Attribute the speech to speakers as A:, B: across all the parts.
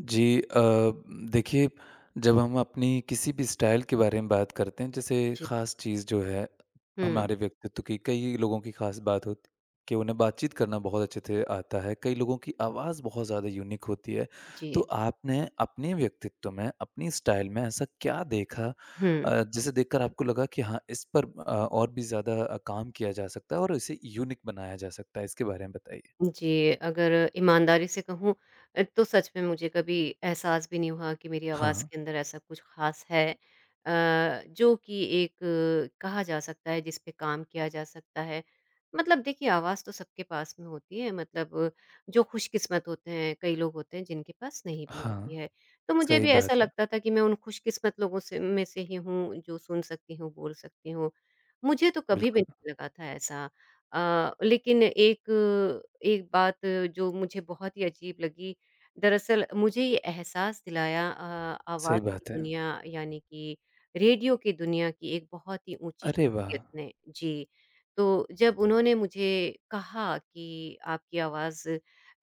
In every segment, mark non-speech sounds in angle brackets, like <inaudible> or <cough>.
A: जी देखिए, जब हम अपनी किसी भी स्टाइल के बारे में बात करते हैं, जैसे
B: जी।
A: ख़ास चीज़ जो है
B: हुँ,
A: हमारे व्यक्तित्व की, कई लोगों की ख़ास बात होती कि उन्हें बातचीत करना बहुत अच्छे से आता है। कई लोगों की आवाज़ बहुत ज़्यादा यूनिक होती है।
B: जी।
A: तो आपने अपने व्यक्तित्व में, अपनी स्टाइल में ऐसा क्या देखा
B: हुँ,
A: जिसे देखकर आपको लगा कि हाँ, इस पर और भी ज़्यादा काम किया जा सकता है और इसे यूनिक बनाया जा सकता है? इसके बारे में बताइए।
B: जी, अगर ईमानदारी से कहूँ तो सच में मुझे कभी एहसास भी नहीं हुआ कि मेरी आवाज़
A: हाँ।
B: के अंदर ऐसा कुछ ख़ास है जो कि एक कहा जा सकता है, जिस पे काम किया जा सकता है। मतलब देखिए, आवाज़ तो सबके पास में होती है, मतलब जो खुशकिस्मत होते हैं, कई लोग होते हैं जिनके पास नहीं भी होती
A: हाँ,
B: है। तो मुझे
A: सही
B: भी ऐसा
A: बात है।
B: लगता था कि मैं उन खुशकिस्मत लोगों से में से ही हूँ, जो सुन सकती हूँ, बोल सकती हूँ। मुझे तो कभी भी
A: बिल्कुल
B: नहीं लगा था ऐसा। लेकिन एक एक बात जो मुझे बहुत ही अजीब लगी, दरअसल मुझे ये एहसास दिलाया आवाज़
A: सही
B: की
A: बात है।
B: दुनिया यानी कि रेडियो की दुनिया की एक बहुत ही ऊँची
A: अरे वाह!
B: शख्सियत ने। जी, तो जब उन्होंने मुझे कहा कि आपकी आवाज़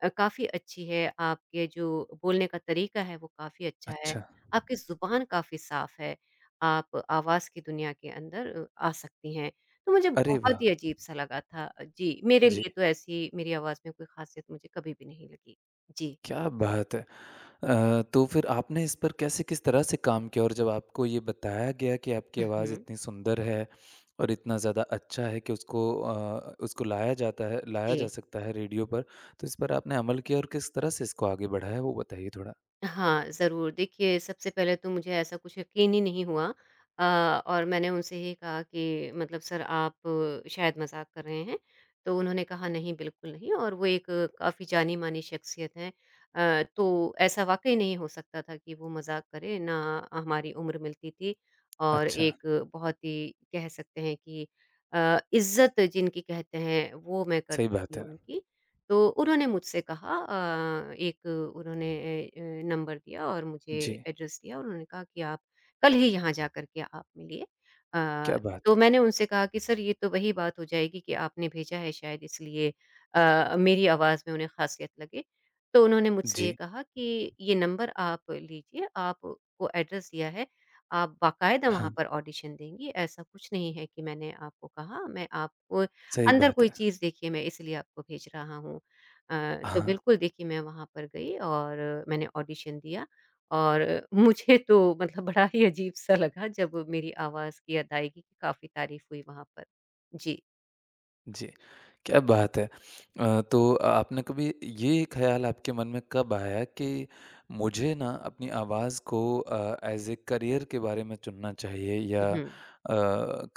B: काफ़ी अच्छी है, आपके जो बोलने का तरीका है वो काफ़ी अच्छा है,
A: अच्छा।
B: आपकी ज़ुबान काफ़ी साफ़ है, आप आवाज़ की दुनिया के अंदर आ सकती हैं। तो मुझे
A: अरे
B: बहुत
A: वाह!
B: ही अजीब-सा लगा था जी, मेरे
A: जी,
B: लिए तो ऐसी मेरी आवाज़ में कोई ख़ासियत मुझे कभी भी नहीं लगी। जी।
A: क्या बात है। तो फिर आपने इस पर कैसे, किस तरह से काम किया, और जब आपको ये बताया गया कि आपकी
B: हुँ,
A: आवाज़
B: हुँ।
A: इतनी सुंदर है और इतना ज़्यादा अच्छा है कि उसको उसको लाया जाता है, लाया जा
B: जी।
A: सकता है रेडियो पर, तो इस पर आपने अमल किया और किस तरह से इसको आगे बढ़ाया, वो बताइए थोड़ा?
B: हाँ, ज़रूर। देखिए, सबसे पहले तो मुझे ऐसा कुछ यकीन ही नहीं हुआ अ, और मैंने उनसे ही कहा कि मतलब सर आप शायद मज़ाक कर रहे हैं। तो उन्होंने कहा नहीं, बिल्कुल नहीं और वो एक काफ़ी जानी-मानी शख्सियत हैं। तो ऐसा वाक़ई नहीं हो सकता था कि वो मज़ाक करें, ना हमारी उम्र मिलती थी और
A: अच्छा।
B: एक बहुत ही कह सकते हैं कि इज़्ज़त जिनकी कहते हैं, वो मैं
A: सही
B: करती थी
A: बात है।
B: उनकी। तो उन्होंने मुझसे कहा एक उन्होंने अ, नंबर दिया और मुझे
A: जी,
B: एड्रेस दिया और उन्होंने कहा कि आप कल ही यहाँ जा कर के आप मिलिए। अ,
A: क्या बात
B: तो
A: है।
B: मैंने उनसे कहा कि सर ये तो वही बात हो जाएगी कि आपने भेजा है शायद इसलिए मेरी आवाज़ में उन्हें ख़ासियत लगे। तो उन्होंने मुझसे ये
A: जी।
B: कहा कि ये नंबर आप लीजिए, आपको एड्रेस दिया है, आप बाकायदा
A: हाँ,
B: वहाँ पर ऑडिशन देंगी, ऐसा कुछ नहीं है कि मैंने आपको कहा, मैं आपको
A: सही
B: अंदर
A: बात
B: कोई
A: है।
B: चीज़ देखिए मैं इसलिए आपको भेज रहा हूँ। तो
A: हाँ।
B: बिल्कुल देखिए मैं वहाँ पर गई और मैंने ऑडिशन दिया और <laughs> मुझे तो मतलब बड़ा ही अजीब-सा लगा जब मेरी आवाज़ की अदायगी की काफ़ी तारीफ़ हुई वहाँ पर। जी।
A: जी, क्या बात है! तो आपने कभी ये ख़्याल, आपके मन में कब आया कि मुझे ना अपनी आवाज़ को ऐज़ ए करियर के बारे में चुनना चाहिए, या
B: हुँ।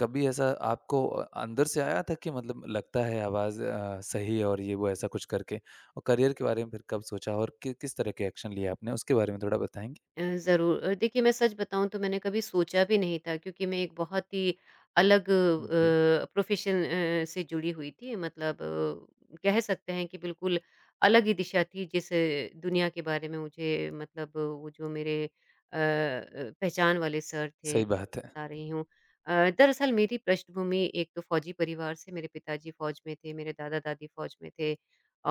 A: कभी ऐसा आपको अंदर से आया था कि मतलब लगता है आवाज़ सही है और ये वो ऐसा कुछ करके? और करियर के बारे में फिर कब सोचा, और कि किस तरह के एक्शन लिए आपने, उसके बारे में थोड़ा बताएँगे?
B: ज़रूर देखिए मैं सच बताऊँ तो मैंने कभी सोचा भी नहीं था क्योंकि मैं एक बहुत ही अलग
A: जी,
B: प्रोफ़ेशन से जुड़ी हुई थी मतलब कह सकते हैं कि बिल्कुल अलग ही दिशा थी जिस दुनिया के बारे में मुझे मतलब वो जो मेरे पहचान वाले सर थे,
A: सही बात है।
B: बता रही हूँ। दरअसल मेरी पृष्ठभूमि एक तो फ़ौजी परिवार से मेरे पिताजी फ़ौज में थे, मेरे दादा-दादी फ़ौज में थे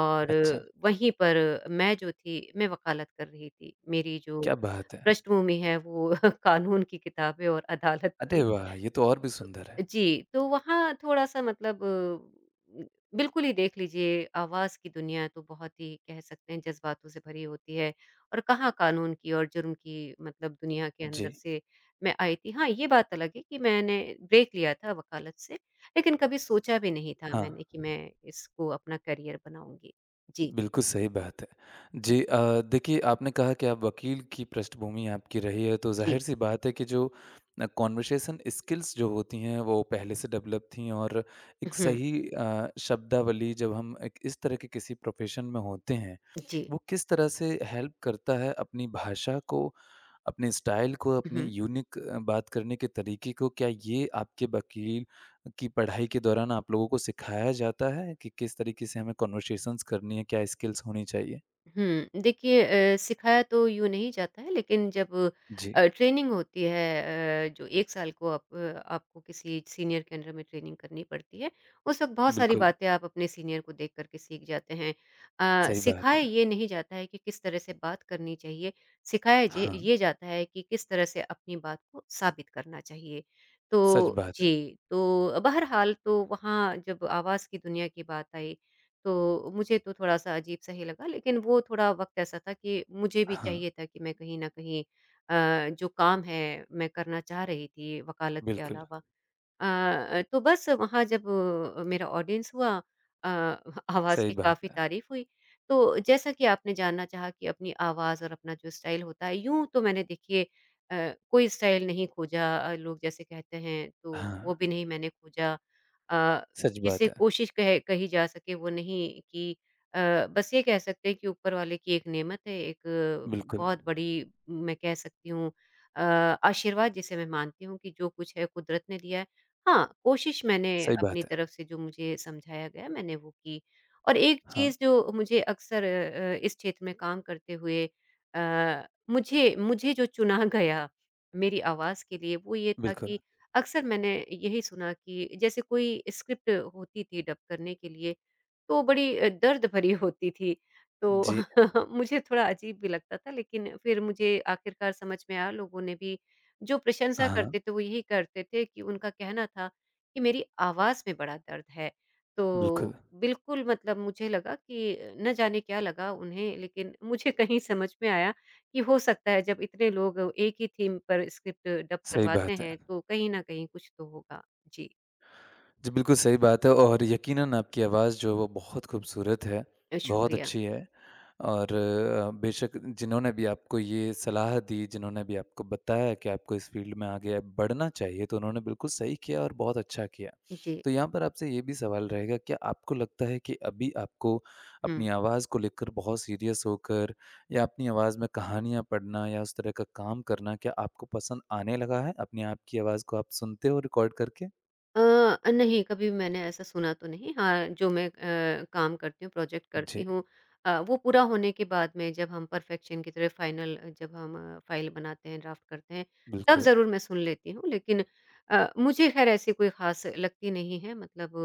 B: और
A: अच्छा।
B: वहीं पर मैं जो थी, मैं वकालत कर रही थी। मेरी जो
A: क्या बात है!
B: पृष्ठभूमि है वो <laughs> कानून की किताबें और अदालत
A: अरे
B: की।
A: वाह! ये तो और भी सुंदर है।
B: जी, तो वहाँ थोड़ा-सा मतलब बिल्कुल ही देख लीजिए आवाज़ की दुनिया तो बहुत ही कह सकते हैं जज़्बातों से भरी होती है और कहाँ कानून की और जुर्म की मतलब दुनिया के अंदर
A: जी,
B: से मैं आई थी। हाँ, ये बात अलग है कि मैंने ब्रेक लिया था वकालत से, लेकिन कभी सोचा भी नहीं था
A: हाँ।
B: मैंने कि मैं इसको अपना करियर बनाऊँगी। जी,
A: बिल्कुल सही बात है। जी देखिए, आपने कहा कि आप वकील की, पृष्ठभूमि आपकी रही है, तो
B: जी।
A: ज़ाहिर-सी बात है कि जो कन्वर्सेशन स्किल्स जो होती हैं वो पहले से डेवलप थी, और एक
B: हुँ,
A: सही शब्दावली, जब हम एक इस तरह के किसी प्रोफ़ेशन में होते हैं,
B: जी।
A: वो किस तरह से हेल्प करता है अपनी भाषा को, अपने स्टाइल को, अपनी
B: हुँ।
A: यूनिक बात करने के तरीके को? क्या ये आपके वकील कि पढ़ाई के दौरान आप लोगों को सिखाया जाता है कि किस तरीके से हमें कन्वर्सेशंस करनी है, क्या स्किल्स होनी चाहिए?
B: देखिए सिखाया तो यूँ नहीं जाता है लेकिन जब
A: जी।
B: ट्रेनिंग होती है जो 1 साल को आप आपको किसी सीनियर के अंडर में ट्रेनिंग करनी पड़ती है, उस वक़्त बहुत सारी
A: बिल्कुल,
B: बातें आप अपने सीनियर को देख कर के सीख जाते हैं।
A: सही बात है।
B: सिखाया ये नहीं जाता है कि किस तरह से बात करनी चाहिए, सिखाया जे
A: हाँ,
B: ये जाता है कि किस तरह से अपनी बात को साबित करना चाहिए।
A: सच
B: तो
A: बात है।
B: जी, तो बहरहाल तो वहाँ जब आवाज़ की दुनिया की बात आई तो मुझे तो थोड़ा-सा अजीब-सा ही लगा, लेकिन वो थोड़ा वक़्त ऐसा था कि मुझे भी
A: हाँ।
B: चाहिए था कि मैं कहीं न कहीं जो काम है, मैं करना चाह रही थी वकालत के
A: बिल्कुल,
B: अलावा, तो बस वहाँ जब मेरा ऑडियंस हुआ अ, <laughs> आवाज़
A: सही
B: की
A: बात
B: काफ़ी
A: है।
B: तारीफ़ हुई। तो जैसा कि आपने जानना चाहा कि अपनी आवाज़ और अपना जो स्टाइल होता है, यूँ तो मैंने देखिए कोई स्टाइल नहीं खोजा लोग जैसे कहते हैं, तो
A: हाँ,
B: वो भी नहीं मैंने खोजा। अ,
A: सच
B: जिसे
A: बात है।
B: कोशिश कह कही जा सके वो नहीं की अ, बस ये कह सकते हैं कि ऊपर वाले की एक नेमत है, एक
A: बिल्कुल,
B: बहुत बड़ी मैं कह सकती हूँ अ, आशीर्वाद जिसे मैं मानती हूँ कि जो कुछ है कुदरत ने दिया है। हाँ, कोशिश मैंने
A: सही
B: अपनी
A: बात है।
B: तरफ से जो मुझे समझाया गया मैंने वो की और एक
A: हाँ,
B: चीज़ जो मुझे अक्सर इस क्षेत्र में काम करते हुए अ, मुझे मुझे जो चुना <laughs> गया मेरी आवाज़ के लिए वो ये था
A: बिल्कुल।
B: कि अक्सर मैंने यही सुना कि जैसे कोई स्क्रिप्ट होती थी डब करने के लिए, तो बड़ी दर्द भरी <laughs> होती थी। तो
A: जी,
B: <laughs> मुझे थोड़ा अजीब भी लगता था लेकिन फिर मुझे आखिरकार समझ में आया लोगों ने भी जो प्रशंसा
A: हाँ,
B: करते थे वो यही करते थे कि उनका कहना था कि मेरी आवाज़ में बड़ा दर्द है। तो
A: बिल्कुल,
B: बिल्कुल मतलब मुझे लगा कि न जाने क्या लगा उन्हें लेकिन मुझे कहीं समझ में आया कि हो सकता है जब इतने लोग एक ही थीम पर स्क्रिप्ट डब
A: सही
B: करवाते
A: बात है।
B: हैं तो कहीं न कहीं कुछ तो होगा। जी,
A: जी, बिल्कुल सही बात है, और यकीनन आपकी आवाज़ जो है वो बहुत खूबसूरत है, बहुत
B: शुक्रिया।
A: अच्छी है, और बेशक जिन्होंने भी आपको ये सलाह दी, जिन्होंने भी आपको बताया कि आपको इस फ़ील्ड में आगे बढ़ना चाहिए, तो उन्होंने बिल्कुल सही किया और बहुत अच्छा किया।
B: जी,
A: तो यहाँ पर आपसे ये भी सवाल रहेगा, क्या आपको लगता है कि अभी आपको अपनी
B: हुँ।
A: आवाज़ को लेकर बहुत सीरियस होकर, या अपनी आवाज़ में कहानियाँ पढ़ना या उस तरह का काम करना, क्या आपको पसंद आने लगा है? अपने आप की आवाज़ को आप सुनते हो रिकॉर्ड करके?
B: अ, नहीं, कभी मैंने ऐसा सुना तो नहीं। हाँ, जो मैं काम करती हूँ, प्रोजेक्ट करती
A: जी।
B: हूँ वो पूरा होने के बाद में जब हम परफेक्शन की तरह फाइनल जब हम फाइल बनाते हैं, ड्राफ्ट करते हैं, तब
A: बिल्कुल,
B: ज़रूर मैं सुन लेती हूँ। लेकिन मुझे ख़ैर ऐसी कोई ख़ास लगती नहीं है मतलब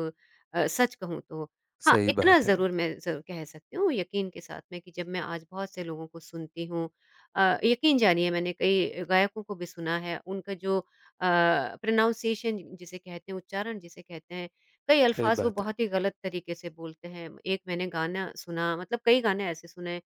B: सच कहूँ तो। हाँ,
A: सही
B: इतना
A: बात है।
B: ज़रूर मैं ज़ कह सकती हूँ यकीन के साथ में कि जब मैं आज बहुत से लोगों को सुनती हूँ यकीन जानिए मैंने कई गायकों को भी सुना है, उनका जो प्रोनाउंसिएशन जिसे कहते हैं, उच्चारण जिसे कहते हैं, कई
A: सही
B: अल्फ़ाज़ वो
A: बात है।
B: बहुत ही गलत तरीके से बोलते हैं। एक मैंने गाना सुना मतलब कई गाने ऐसे सुने,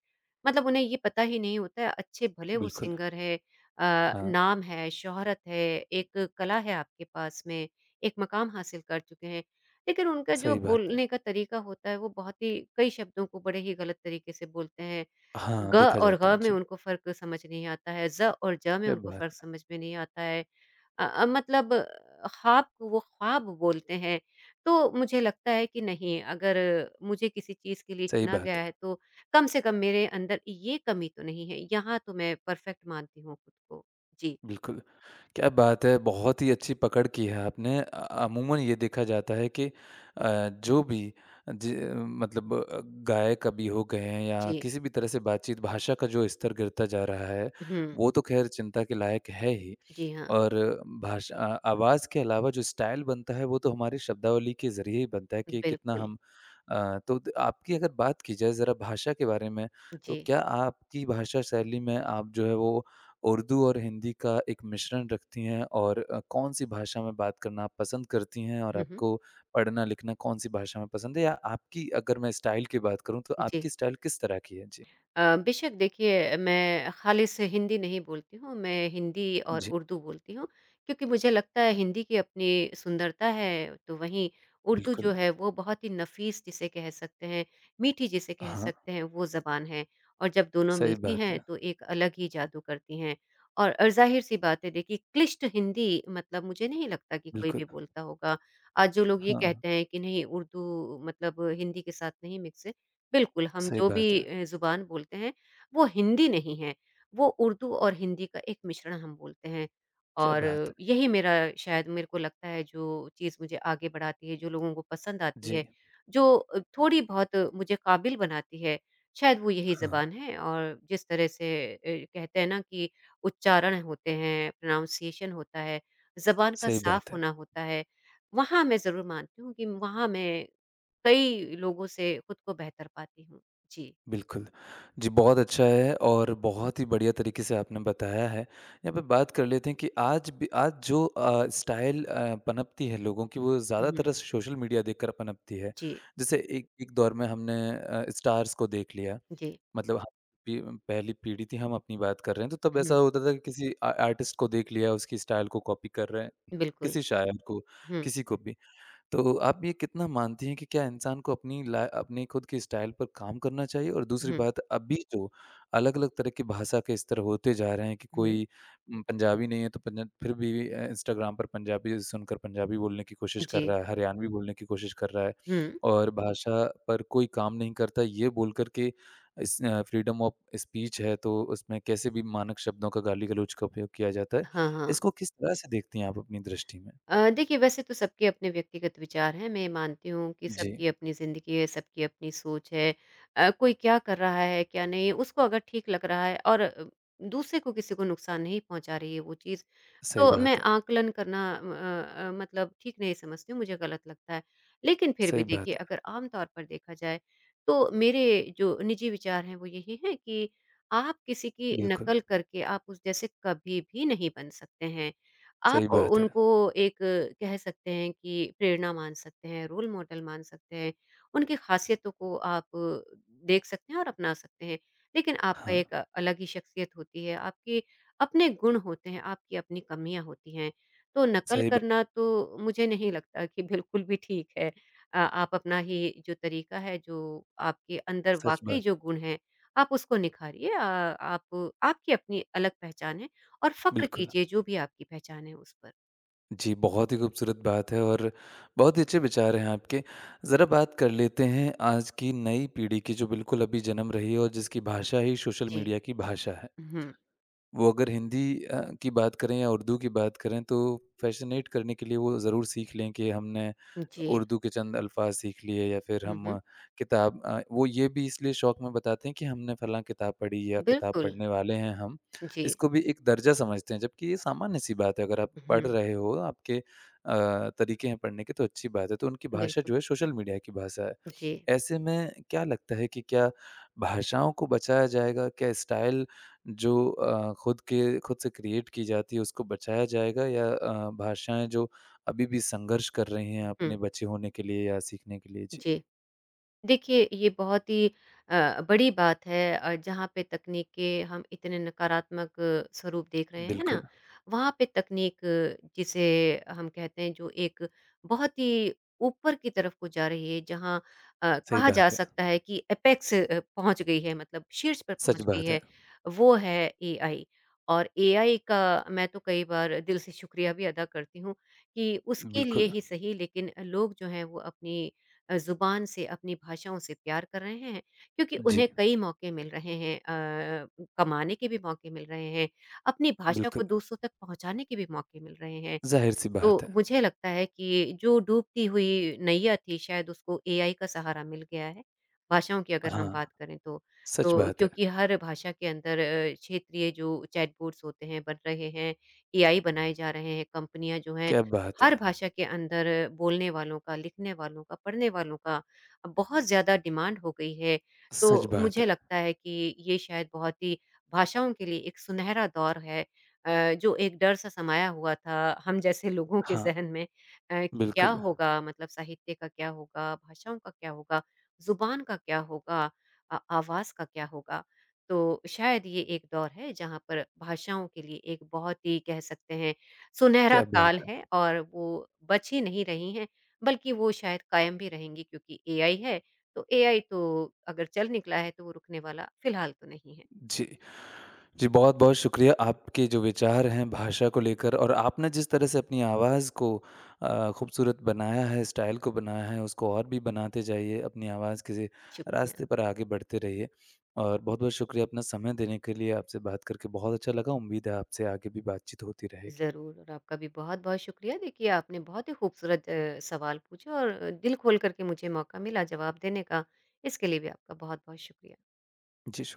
B: मतलब उन्हें ये पता ही नहीं होता है, अच्छे-भले वो
A: बिल्कुल।
B: सिंगर है
A: हाँ,
B: नाम है, शोहरत है, एक कला है आपके पास में, एक मकाम हासिल कर चुके हैं, लेकिन उनका जो
A: सही बात है।
B: बोलने का तरीका होता है, वो बहुत ही कई शब्दों को बड़े ही गलत तरीके से बोलते हैं। ग
A: हाँ, देखा
B: और
A: जाता है,
B: ग़ में
A: जी।
B: उनको फ़र्क समझ नहीं आता है, ज़ और ज में
A: क्या
B: उनको
A: बात
B: फ़र्क
A: है।
B: समझ में नहीं आता है। मतलब ख़्वाब वो ख़्वाब बोलते हैं। तो मुझे लगता है कि नहीं अगर मुझे किसी चीज़ के लिए
A: सही
B: चुना
A: बात
B: गया
A: है।
B: है तो कम से कम मेरे अंदर ये कमी तो नहीं है। यहाँ तो मैं परफ़ेक्ट मानती हूँ खुद को। जी,
A: बिल्कुल। क्या बात है, बहुत ही अच्छी पकड़ की है आपने। अमूमन ये देखा जाता है कि जो भी जी मतलब गायक अभी हो गए हैं, या
B: जी।
A: किसी भी तरह से बातचीत, भाषा का जो स्तर गिरता जा रहा है,
B: हुँ।
A: वो तो खैर चिंता के लायक है ही।
B: जी हाँ,
A: और भाषा आवाज़ के अलावा जो स्टाइल बनता है, वो तो हमारी शब्दावली के ज़रिए ही बनता है कि कितना
B: बिल्कुल।
A: हम तो द आपकी अगर बात की जाए ज़रा भाषा के बारे में,
B: जी।
A: तो क्या आपकी भाषा शैली में, आप जो है वो उर्दू और हिंदी का एक मिश्रण रखती हैं? और कौन-सी भाषा में बात करना आप पसंद करती हैं? और
B: हुँ, हुँ।
A: आपको पढ़ना-लिखना कौन-सी भाषा में पसंद है? या आपकी, अगर मैं स्टाइल की बात करूँ, तो
B: जी।
A: आपकी स्टाइल किस तरह की है? जी।
B: बेशक देखिए मैं खालिस हिंदी नहीं बोलती हूँ, मैं हिंदी और
A: जी,
B: उर्दू बोलती हूँ, क्योंकि मुझे लगता है हिंदी की अपनी सुंदरता है, तो वहीं उर्दू जो
A: बिल्कुल।
B: है वो बहुत ही नफ़ीस जिसे कह सकते हैं, मीठी जिसे कह
A: हाँ,
B: सकते हैं वो ज़बान है और जब दोनों
A: सही
B: मिलती
A: बात
B: हैं
A: है।
B: तो एक अलग ही जादू करती हैं। और ज़ाहिर-सी बात है देखिए क्लिष्ट हिंदी मतलब मुझे नहीं लगता कि कोई
A: बिल्कुल।
B: भी बोलता होगा। आज जो लोग ये
A: हाँ,
B: कहते हैं कि नहीं उर्दू मतलब हिंदी के साथ नहीं मिक्स है, बिल्कुल, हम
A: सही
B: जो भी
A: बात है।
B: ज़ुबान बोलते हैं, वो हिंदी नहीं है, वो उर्दू और हिंदी का एक मिश्रण हम बोलते हैं।
A: क्या
B: और
A: बात है!
B: यही मेरा शायद मेरे को लगता है जो चीज़ मुझे आगे बढ़ाती है, जो लोगों को पसंद आती
A: जी,
B: है, जो थोड़ी बहुत मुझे काबिल बनाती है, शायद वो यही
A: हाँ,
B: ज़बान है। और जिस तरह से कहते हैं ना कि उच्चारण होते हैं, प्रोनाउंसिएशन होता है, ज़बान का
A: सही
B: साफ
A: बात है,
B: होना होता है, वहाँ मैं ज़रूर मानती हूँ कि वहाँ मैं कई लोगों से खुद को बेहतर पाती हूँ। जी।
A: बिल्कुल। जी, बहुत अच्छा है और बहुत ही बढ़िया तरीके से आपने बताया है। यहाँ पे बात कर लेते हैं कि आज भी, आज जो स्टाइल पनपती है लोगों की, वो
B: हुँ।
A: ज़्यादातर सोशल मीडिया देखकर पनपती है।
B: जी,
A: जैसे एक एक दौर में हमने स्टार्स को देख लिया,
B: जी।
A: मतलब हम पी पहली पीढ़ी थी, हम अपनी बात कर रहे हैं, तो तब ऐसा
B: हुँ।
A: होता था कि किसी आ आर्टिस्ट को देख लिया, उसकी स्टाइल को कॉपी कर रहे हैं,
B: बिल्कुल।
A: किसी शायर को,
B: हुँ,
A: किसी को भी। तो आप ये कितना मानती हैं कि क्या इंसान को अपनी ला अपने खुद के स्टाइल पर काम करना चाहिए? और दूसरी
B: हुँ,
A: बात, अभी जो अलग-अलग तरह की भाषा के स्तर होते जा रहे हैं कि
B: हुँ।
A: कोई पंजाबी नहीं है तो पंजा फिर भी इंस्टाग्राम पर पंजाबी सुनकर पंजाबी बोलने की कोशिश कर
B: जी।
A: रहा है, हरियाणवी बोलने की कोशिश कर रहा है,
B: हुँ।
A: और भाषा पर कोई काम नहीं करता, ये बोल कर के इस फ्रीडम ऑफ स्पीच है तो उसमें कैसे भी मानक शब्दों का, गाली-गलौच का उपयोग किया जाता है।
B: हाँ, हाँ।
A: इसको किस तरह से देखती हैं आप अपनी दृष्टि में?
B: देखिए वैसे तो सबके अपने व्यक्तिगत विचार हैं, मैं मानती हूँ कि
A: जी,
B: सबकी अपनी ज़िंदगी है, सबकी अपनी सोच है। कोई क्या कर रहा है, क्या नहीं, उसको अगर ठीक लग रहा है और दूसरे को किसी को नुकसान नहीं पहुँचा रही है वो चीज़,
A: सही
B: तो मैं
A: बात है।
B: आकलन करना मतलब ठीक नहीं समझती हूँ, मुझे गलत लगता है। लेकिन फिर भी
A: सही
B: देखिए
A: बात है।
B: अगर आम तौर पर देखा जाए, तो मेरे जो निजी विचार हैं वो यही हैं कि आप किसी की
A: बिल्कुल,
B: नकल करके आप उस जैसे कभी भी नहीं बन सकते हैं।
A: सही
B: आप
A: बात है।
B: उनको एक कह सकते हैं कि प्रेरणा मान सकते हैं, रोल मॉडल मान सकते हैं, उनकी ख़ासियतों को आप देख सकते हैं और अपना सकते हैं। लेकिन आपका
A: हाँ,
B: एक अलग ही शख्सियत होती है, आपके अपने गुण होते हैं, आपकी अपनी कमियाँ होती हैं। तो नकल
A: सही बात,
B: करना तो मुझे नहीं लगता कि बिल्कुल भी ठीक है। आप अपना ही जो तरीका है, जो आपके अंदर
A: सच
B: वाक़ई
A: बात
B: जो
A: है।
B: गुण हैं, आप उसको निखारिए। आप आपकी अपनी अलग पहचान है, और फ़क्र
A: बिल्कुल।
B: कीजिए जो भी आपकी पहचान है उस पर।
A: जी, बहुत ही खूबसूरत बात है, और बहुत ही अच्छे विचार हैं आपके। ज़रा बात कर लेते हैं आज की नई पीढ़ी की, जो बिल्कुल अभी जन्म रही है, और जिसकी भाषा ही सोशल
B: जी।
A: मीडिया की भाषा है।
B: हुँ।
A: वो अगर हिंदी की बात करें या उर्दू की बात करें, तो फ़ैसिनेट करने के लिए वो ज़रूर सीख लें कि हमने
B: जी।
A: उर्दू के चंद अल्फ़ाज़ सीख लिए, या फिर
B: हुँ,
A: हम
B: हुँ।
A: किताब वो ये भी इसलिए शौक में बताते हैं कि हमने फ़लाँ किताब पढ़ी या किताब
B: बिल्कुल।
A: पढ़ने वाले हैं हम।
B: जी।
A: इसको भी एक दर्जा समझते हैं, जबकि ये सामान्य-सी बात है, अगर आप पढ़
B: हुँ।
A: रहे हो, आपके अ, तरीके हैं पढ़ने के तो अच्छी बात है। तो उनकी भाषा
B: बिल्कुल।
A: जो है सोशल मीडिया की भाषा है।
B: जी।
A: ऐसे में क्या लगता है कि क्या भाषाओं को बचाया जाएगा? क्या स्टाइल जो खुद के, खुद से क्रिएट की जाती है, उसको बचाया जाएगा, या भाषाएँ जो अभी भी संघर्ष कर रही हैं अपने
B: हुँ,
A: बचे होने के लिए या सीखने के लिए? जी,
B: जी। देखिए, ये बहुत ही बड़ी बात है जहाँ पे तकनीक के हम इतने नकारात्मक स्वरूप देख रहे हैं, है ना?
A: बिल्कुल,
B: वहाँ पे तकनीक जिसे हम कहते हैं जो एक बहुत ही ऊपर की तरफ को जा रही है जहाँ
A: सही
B: कहा जा
A: बात है,
B: सकता है कि एपेक्स पहुँच गई है मतलब शीर्ष पर
A: सच
B: पहुँच गई
A: बात है।
B: है, वो है एआई। और एआई का मैं तो कई बार दिल से शुक्रिया भी अदा करती हूँ कि उसके लिए
A: बिल्कुल,
B: ही सही लेकिन लोग जो हैं वो अपनी ज़ुबान से, अपनी भाषाओं से प्यार कर रहे हैं, क्योंकि
A: जी,
B: उन्हें कई मौके मिल रहे हैं कमाने के भी मौके मिल रहे हैं, अपनी भाषा को
A: बिल्कुल,
B: दूसरों तक पहुँचाने के भी मौके मिल रहे हैं।
A: ज़ाहिर-सी बात
B: तो
A: है।
B: मुझे लगता है कि जो डूबती हुई नैया थी शायद उसको एआई का सहारा मिल गया है, भाषाओं की अगर हम
A: हाँ,
B: बात करें तो।
A: सच
B: तो
A: बात है,
B: क्योंकि हर भाषा के अंदर क्षेत्रीय जो चैटबॉट्स होते हैं बन रहे हैं, एआई बनाए जा रहे हैं, कंपनियाँ जो हैं
A: क्या बात है,
B: हर भाषा के अंदर बोलने वालों का, लिखने वालों का, पढ़ने वालों का बहुत ज़्यादा डिमांड हो गई है।
A: सच
B: तो
A: बात है।
B: मुझे लगता है कि ये शायद बहुत ही भाषाओं के लिए एक सुनहरा दौर है जो एक डर सा समाया हुआ था हम जैसे लोगों के
A: हाँ,
B: ज़हन में कि क्या
A: बिल्कुल,
B: होगा मतलब साहित्य का क्या होगा, भाषाओं का क्या होगा, ज़ुबान का क्या होगा, आवाज़ का क्या होगा। तो शायद ये एक दौर है जहाँ पर भाषाओं के लिए एक बहुत ही कह सकते हैं सुनहरा
A: क्या बात
B: काल है
A: है।
B: और वो बच ही नहीं रही हैं, बल्कि वो शायद कायम भी रहेंगी क्योंकि एआई है, तो एआई तो अगर चल निकला है तो वो रुकने वाला फ़िलहाल तो नहीं है।
A: जी। जी, बहुत-बहुत शुक्रिया आपके जो विचार हैं भाषा को लेकर, और आपने जिस तरह से अपनी आवाज़ को खूबसूरत बनाया है, स्टाइल को बनाया है, उसको और भी बनाते जाइए, अपनी आवाज़ के
B: शुक्रिया।
A: रास्ते पर आगे बढ़ते रहिए, और बहुत-बहुत शुक्रिया अपना समय देने के लिए। आपसे बात करके बहुत अच्छा लगा, उम्मीद है आपसे आगे भी बातचीत होती रहेगी।
B: ज़रूर और आपका भी बहुत-बहुत शुक्रिया। देखिए आपने बहुत ही खूबसूरत सवाल पूछे और दिल खोल कर के मुझे मौका मिला जवाब देने का। इसके लिए भी आपका बहुत-बहुत शुक्रिया।
A: जी, शुक्रिया।